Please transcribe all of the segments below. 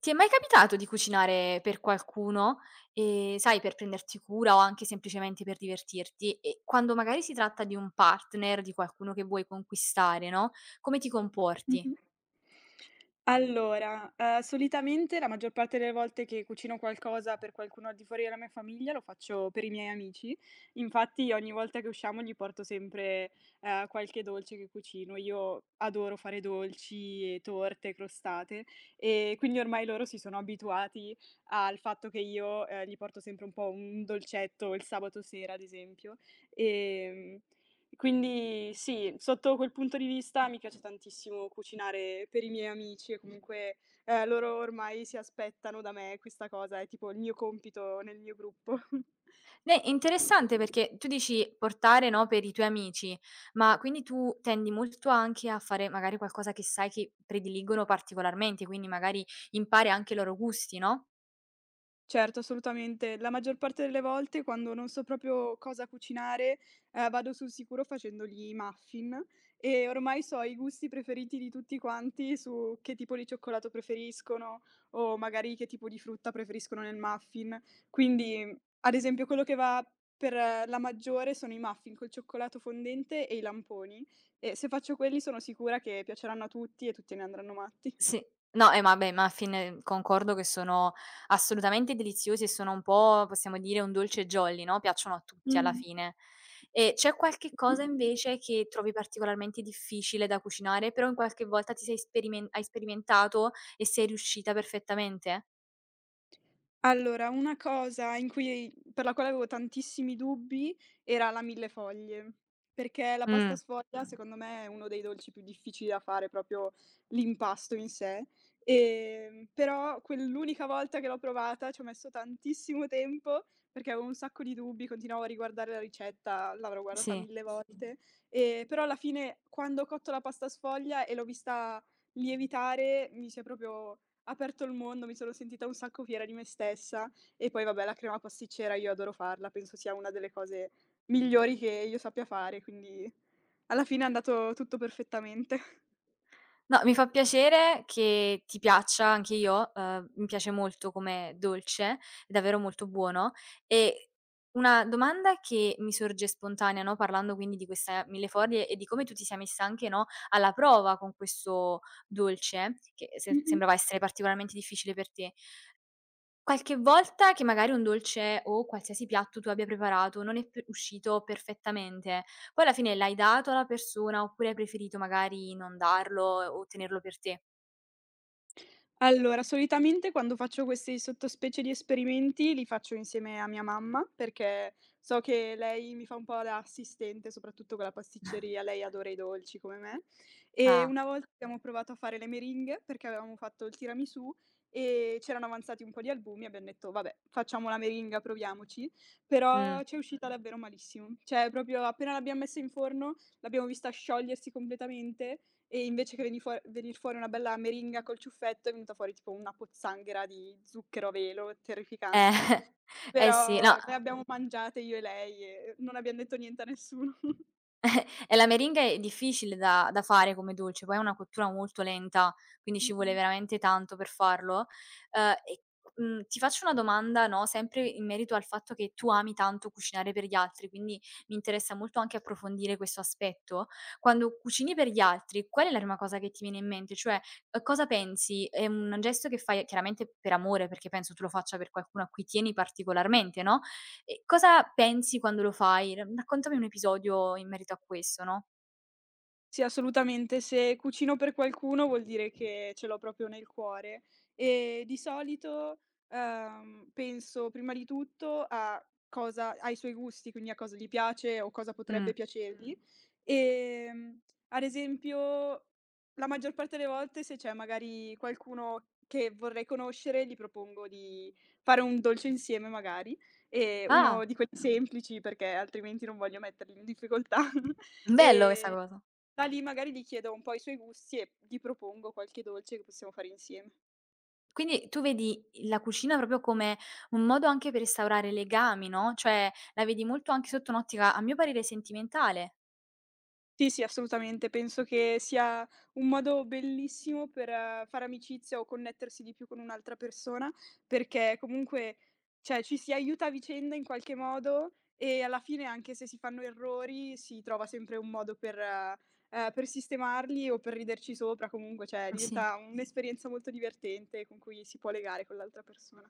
Ti è mai capitato di cucinare per qualcuno, sai, per prenderti cura o anche semplicemente per divertirti? E quando magari si tratta di un partner, di qualcuno che vuoi conquistare, no, come ti comporti? Mh-mh. Allora, solitamente la maggior parte delle volte che cucino qualcosa per qualcuno al di fuori della mia famiglia lo faccio per i miei amici. Infatti ogni volta che usciamo gli porto sempre, qualche dolce che cucino. Io adoro fare dolci e torte, crostate, e quindi ormai loro si sono abituati al fatto che io, gli porto sempre un po' un dolcetto il sabato sera, ad esempio. Ehm quindi sì, sotto quel punto di vista mi piace tantissimo cucinare per i miei amici e comunque, loro ormai si aspettano da me questa cosa, è tipo il mio compito nel mio gruppo. Ne è interessante perché tu dici portare, no, per i tuoi amici, ma quindi tu tendi molto anche a fare magari qualcosa che sai che prediligono particolarmente, quindi magari impari anche i loro gusti, no? Certo, assolutamente. La maggior parte delle volte quando non so proprio cosa cucinare, vado sul sicuro facendogli i muffin e ormai so i gusti preferiti di tutti quanti su che tipo di cioccolato preferiscono o magari che tipo di frutta preferiscono nel muffin. Quindi, ad esempio, quello che va per la maggiore sono i muffin col cioccolato fondente e i lamponi, e se faccio quelli sono sicura che piaceranno a tutti e tutti ne andranno matti. Sì. No, ma beh, ma a fine concordo che sono assolutamente deliziosi e sono un po', possiamo dire, un dolce jolly, no, piacciono a tutti alla fine. E c'è qualche Mh. cosa invece che trovi particolarmente difficile da cucinare, però in qualche volta ti sei sperimen hai sperimentato e sei riuscita perfettamente? Allora, una cosa in cui per la quale avevo tantissimi dubbi era la millefoglie, perché la pasta Mh, sfoglia secondo me è uno dei dolci più difficili da fare, proprio l'impasto in sé. Però quell'unica volta che l'ho provata ci ho messo tantissimo tempo, perché avevo un sacco di dubbi, continuavo a riguardare la ricetta, l'avrò guardata sì. 1000, sì, volte, però alla fine quando ho cotto la pasta sfoglia e l'ho vista lievitare, mi si è proprio aperto il mondo, mi sono sentita un sacco fiera di me stessa. E poi vabbè, la crema pasticcera io adoro farla, penso sia una delle cose migliori che io sappia fare, quindi alla fine è andato tutto perfettamente. No, mi fa piacere che ti piaccia, anch'io, mi piace molto come dolce, è davvero molto buono. E una domanda che mi sorge spontanea, no, parlando quindi di questa millefoglie e di come tu ti sia messa anche, no, alla prova con questo dolce, che se sembrava essere particolarmente difficile per te. Qualche volta che magari un dolce o qualsiasi piatto tu abbia preparato non è p uscito perfettamente, poi alla fine l'hai dato alla persona oppure hai preferito magari non darlo o tenerlo per te? Allora, solitamente quando faccio queste sottospecie di esperimenti li faccio insieme a mia mamma, perché so che lei mi fa un po' da assistente, soprattutto con la pasticceria, lei adora i dolci come me. E Ah, una volta abbiamo provato a fare le meringhe perché avevamo fatto il tiramisù e c'erano avanzati un po' di albumi, abbiamo detto vabbè, facciamo la meringa, proviamoci, mh. però ci è uscita davvero malissimo. Cioè, proprio appena l'abbiamo messa in forno, l'abbiamo vista sciogliersi completamente e invece che venir fuori una bella meringa col ciuffetto, è venuta fuori tipo una pozzanghera di zucchero a velo, terrificante. Eh, eh sì, Però no, le abbiamo mangiate io e lei e non abbiam detto niente a nessuno. e la meringa è difficile da fare come dolce, poi è una cottura molto lenta, quindi ci vuole Mh-mh. veramente tanto per farlo. E, ti faccio una domanda, no, sempre in merito al fatto che tu ami tanto cucinare per gli altri, quindi mi interessa molto anche approfondire questo aspetto. Quando cucini per gli altri, qual è la prima cosa che ti viene in mente? Cioè, cosa pensi? È un gesto che fai chiaramente per amore, perché penso tu lo faccia per qualcuno a cui tieni particolarmente, no, e cosa pensi quando lo fai? Ra raccontami un episodio in merito a questo, no? Sì, assolutamente. Se cucino per qualcuno vuol dire che ce l'ho proprio nel cuore, e di solito, penso prima di tutto a cosa ai suoi gusti, quindi a cosa gli piace o cosa potrebbe Mh. Piacergli. Ehm, ad esempio, la maggior parte delle volte se c'è magari qualcuno che vorrei conoscere, gli propongo di fare un dolce insieme magari, uno Ah, di quelli semplici perché altrimenti non voglio metterli in difficoltà. bello questa Ehm cosa. da lì magari gli chiedo un po' i suoi gusti e gli propongo qualche dolce che possiamo fare insieme. Quindi tu vedi la cucina proprio come un modo anche per instaurare legami, no, cioè la vedi molto anche sotto un'ottica, a mio parere, sentimentale. Sì, sì, assolutamente. Penso che sia un modo bellissimo per fare amicizia o connettersi di più con un'altra persona, perché comunque, cioè, ci si aiuta a vicenda in qualche modo e alla fine, anche se si fanno errori, si trova sempre un modo per sistemarli o per riderci sopra. Comunque, cioè, Sì. diventa un'esperienza molto divertente con cui si può legare con l'altra persona.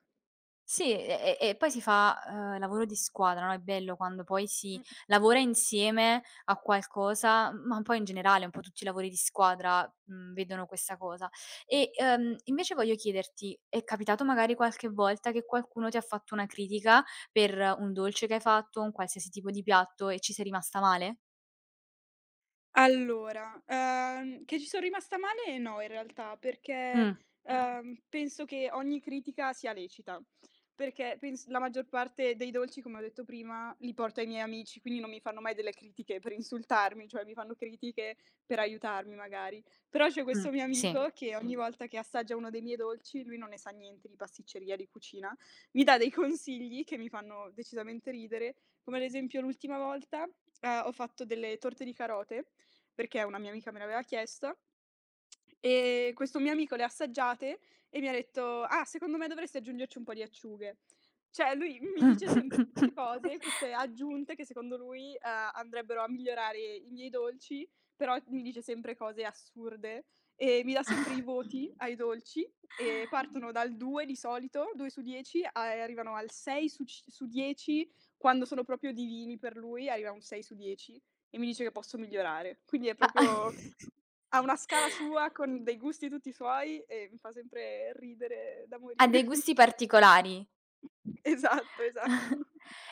Sì, e poi si fa, lavoro di squadra, no, è bello quando poi si Mh. lavora insieme a qualcosa, ma poi in generale un po' tutti i lavori di squadra, vedono questa cosa. E, invece voglio chiederti, è capitato magari qualche volta che qualcuno ti ha fatto una critica per un dolce che hai fatto, un qualsiasi tipo di piatto e ci sei rimasta male? Allora, che ci son rimasta male no, in realtà, perché, Mh, Ah. Penso che ogni critica sia lecita, perché pens la maggior parte dei dolci, come ho detto prima, li porto ai miei amici, quindi non mi fanno mai delle critiche per insultarmi, cioè mi fanno critiche per aiutarmi magari. Però c'è questo mio sì. amico che ogni volta che assaggia uno dei miei dolci, lui non ne sa niente di pasticceria, di cucina, mi dà dei consigli che mi fanno decisamente ridere, come ad esempio l'ultima volta, ho fatto delle torte di carote perché una mia amica me l'aveva chiesta, e questo mio amico le ha assaggiate e mi ha detto: "Ah, secondo me dovresti aggiungerci un po' di acciughe." Cioè lui mi dice sempre queste cose, queste aggiunte che secondo lui, andrebbero a migliorare i miei dolci, però mi dice sempre cose assurde e mi dà sempre i voti ai dolci, e partono dal 2 di solito, 2 su 10, a e arrivano al 6 su c su 10 quando sono proprio divini per lui, arriva a un 6 su 10. E mi dice che posso migliorare. Quindi è A a proprio ha una scala sua con dei gusti tutti suoi e mi fa sempre ridere da ha morire. dei gusti particolari. Esatto, esatto.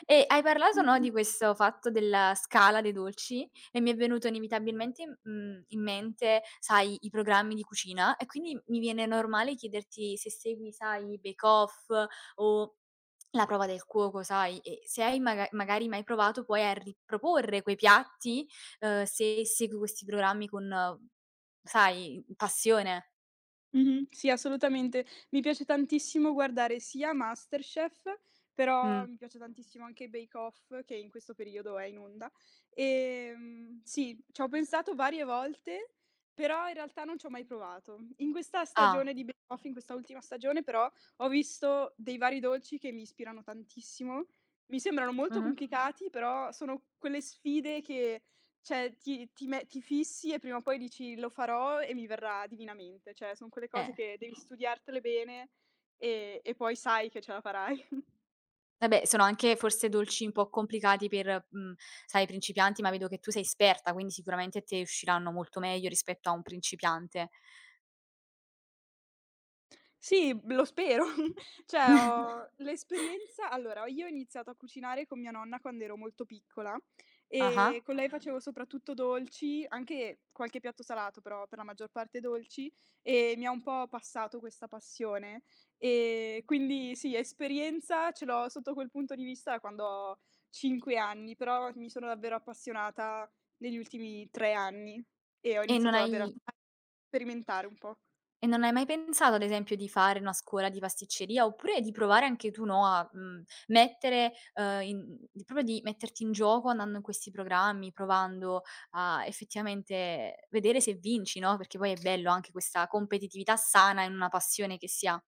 E hai parlato, no, di questo fatto della scala dei dolci e mi è venuto inevitabilmente in mente, sai, i programmi di cucina e quindi mi viene normale chiederti se segui, sai, Bake Off o La prova del cuoco, sai, e se hai magari mai provato poi a riproporre quei piatti, se segui questi programmi con, sai, passione. Mh-mh. Sì, assolutamente. Mi piace tantissimo guardare sia MasterChef, però Mh. mi piace tantissimo anche Bake Off, che in questo periodo è in onda. Sì, c'ho pensato varie volte, però in realtà non c'ho mai provato. In questa Ah. stagione di Bake Off, in questa ultima stagione però, ho visto dei vari dolci che mi ispirano tantissimo. Mi sembrano molto Mh-mh. complicati, però sono quelle sfide che, cioè, ti fissi e prima o poi dici: "Lo farò e mi verrà divinamente." Cioè son quelle cose Eh. che devi studiartele bene e poi sai che ce la farai. Vabbè, sono anche forse dolci un po' complicati per, sai, principianti, ma vedo che tu sei esperta, quindi sicuramente a te usciranno molto meglio rispetto a un principiante. Sì, b lo spero. Cioè ho l'esperienza, allora, io ho iniziato a cucinare con mia nonna quando ero molto piccola e Ah-ah. con lei facevo soprattutto dolci, anche qualche piatto salato, però per la maggior parte dolci, e mi ha un po' passato questa passione. Quindi sì, esperienza ce l'ho sotto quel punto di vista da quando ho 5 anni, però mi sono davvero appassionata negli ultimi 3 anni e ho E non iniziato hai davvero a a sperimentare un po'. e non hai mai pensato, ad esempio, di fare una scuola di pasticceria, oppure di provare anche tu, no, a, mettere, in di proprio di metterti in gioco andando in questi programmi, provando a effettivamente vedere se vinci, no, perché poi è bello anche questa competitività sana in una passione che si ha.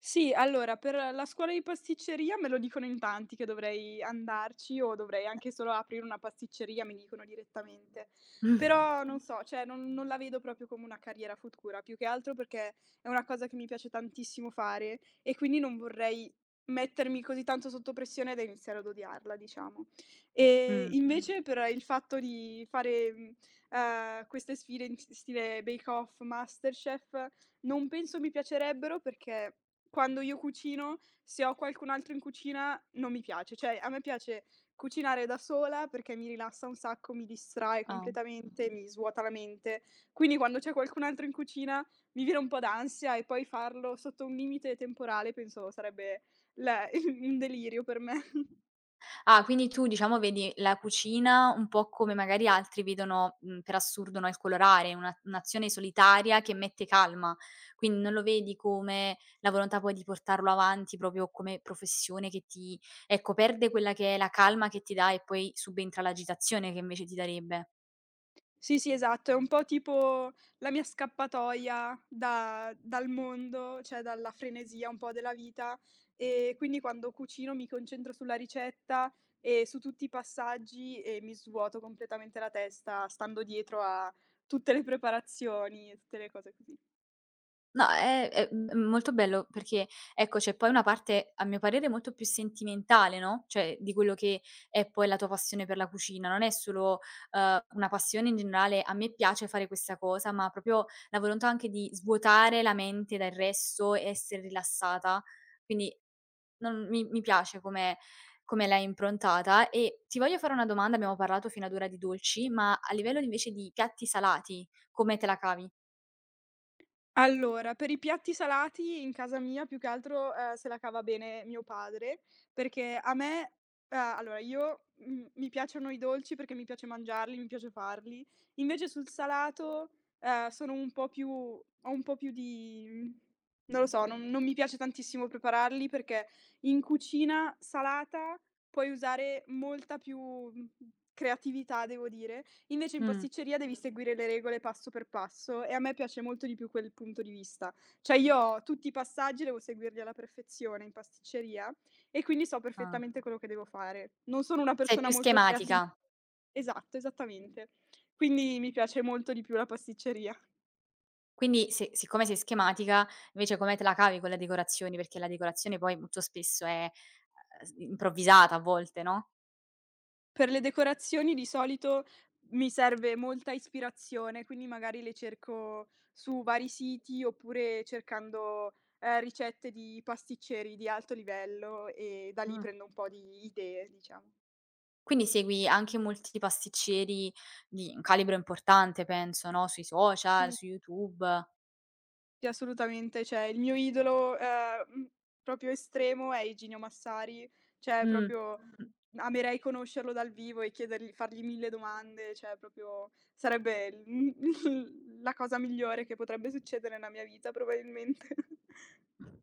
Sì, allora per la scuola di pasticceria me lo dicono in tanti che dovrei andarci o dovrei anche solo aprire una pasticceria, mi dicono direttamente. Mh. Però non so, cioè non la vedo proprio come una carriera futura, più che altro perché è una cosa che mi piace tantissimo fare e quindi non vorrei mettermi così tanto sotto pressione da iniziare ad odiarla, diciamo. Ehm, Mh. Mh. invece per il fatto di fare, queste sfide in s stile Bake Off, MasterChef, non penso mi piacerebbero perché quando io cucino, se ho qualcun altro in cucina non mi piace. Cioè, a me piace cucinare da sola perché mi rilassa un sacco, mi distrae Ah. completamente, mi svuota la mente. Quindi quando c'è qualcun altro in cucina mi viene un po' d'ansia, e poi farlo sotto un limite temporale penso sarebbe la- un delirio per me. Ah, quindi tu diciamo vedi la cucina un po' come magari altri vedono, per assurdo, no, il colorare, una un'azione solitaria che mette calma. Quindi non lo vedi come la volontà poi di portarlo avanti proprio come professione che ti ecco, perde quella che è la calma che ti dà e poi subentra l'agitazione che invece ti darebbe. Sì, sì, esatto, è un po' tipo la mia scappatoia da dal mondo, cioè dalla frenesia un po' della vita, e quindi quando cucino mi concentro sulla ricetta e su tutti i passaggi e mi svuoto completamente la testa stando dietro a tutte le preparazioni e tutte le cose così. No, è molto bello perché, ecco, c'è poi una parte, a mio parere, molto più sentimentale, no, cioè di quello che è poi la tua passione per la cucina. Non è solo, una passione in generale, a me piace fare questa cosa, ma proprio la volontà anche di svuotare la mente dal resto e essere rilassata. Quindi non mi piace come come l'hai improntata e ti voglio fare una domanda, abbiamo parlato fino ad ora di dolci, ma a livello invece di piatti salati, come te la cavi? Allora, per i piatti salati in casa mia più che altro, se la cava bene mio padre, perché a me allora io, mi piacciono i dolci perché mi piace mangiarli, mi piace farli. Invece sul salato, sono un po' più ho un po' più di non lo so, non mi piace tantissimo prepararli, perché in cucina salata puoi usare molta più, creatività, devo dire. Invece in Mh, pasticceria devi seguire le regole passo per passo e a me piace molto di più quel punto di vista. Cioè io ho tutti i passaggi devo seguirli alla perfezione in pasticceria e quindi so ah. perfettamente quello che devo fare. Non sono una Sei persona più molto creativa. schematica. Esatto, esattamente. Quindi mi piace molto di più la pasticceria. Quindi se siccome sei schematica, invece come te la cavi con le decorazioni? Perché la decorazione poi molto spesso è, s improvvisata a volte, no, Per le decorazioni di solito mi serve molta ispirazione, quindi magari le cerco su vari siti oppure cercando, ricette di pasticceri di alto livello e da lì mh. prendo un po' di idee, diciamo. Quindi segui anche molti pasticceri di un calibro importante penso, no, sui social, Sì. su YouTube. Sì, assolutamente. Cioè, il mio idolo, proprio estremo, è Igino Massari, cioè Mh, proprio mh. Amerei conoscerlo dal vivo e chiedergli fargli 1000 domande, cioè proprio sarebbe il la cosa migliore che potrebbe succedere nella mia vita probabilmente.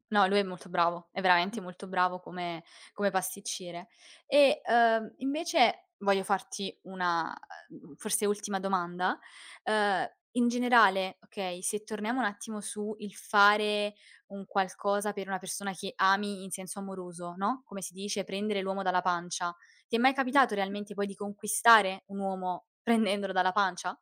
No, lui è molto bravo, è veramente molto bravo come come pasticcere. E, invece voglio farti una, forse ultima domanda. Uhm, in generale, okay, se torniamo un attimo su il fare un qualcosa per una persona che ami in senso amoroso, no, come si dice, prendere l'uomo dalla pancia, ti è mai capitato realmente poi di conquistare un uomo prendendolo dalla pancia?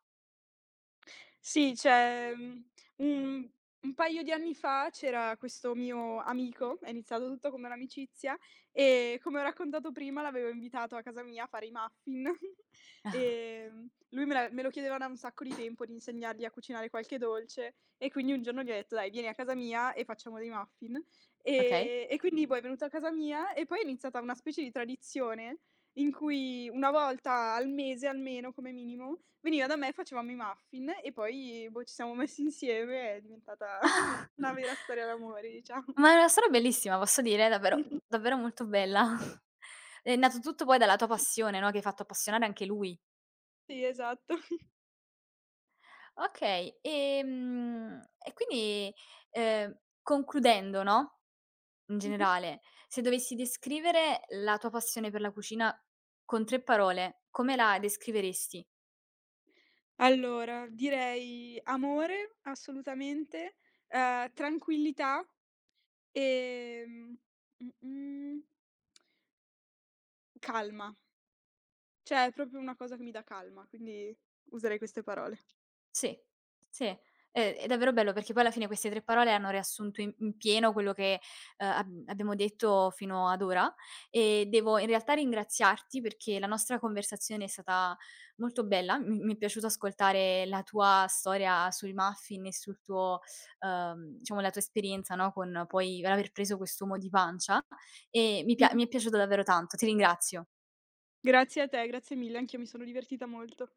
Sì, cioè, un un paio di anni fa c'era questo mio amico, è iniziato tutto come un'amicizia e come ho raccontato prima l'avevo invitato a casa mia a fare i muffin. Lui me lo chiedeva da un sacco di tempo di insegnargli a cucinare qualche dolce e quindi un giorno gli ho detto: "Dai, vieni a casa mia e facciamo dei muffin." Okay. E quindi poi è venuto a casa mia e poi è iniziata una specie di tradizione in cui una volta al mese almeno come minimo veniva da me, facevamo i muffin e poi, boh, ci siamo messi insieme, è diventata una vera storia d'amore, diciamo. Ma è una storia bellissima, posso dire, davvero davvero molto bella. È nato tutto poi dalla tua passione, no, che hai fatto appassionare anche lui. Sì, esatto. Okay, e quindi, concludendo, no, in Mh-mh. generale, se dovessi descrivere la tua passione per la cucina con 3 parole, come la descriveresti? Allora, direi amore, assolutamente, tranquillità, ehm, mh-mh, calma. Cioè, è proprio una cosa che mi dà calma, quindi userei queste parole. Sì, sì, è davvero bello perché poi alla fine queste 3 parole hanno riassunto in pieno quello che, ab abbiamo detto fino ad ora e devo in realtà ringraziarti perché la nostra conversazione è stata molto bella. Mi è piaciuto ascoltare la tua storia sui muffin e sul tuo diciamo la tua esperienza, no, con poi l'aver preso quest'uomo di pancia e Mh. mi è piaciuto davvero tanto. Ti ringrazio. Grazie a te, grazie mille, anch'io mi sono divertita molto.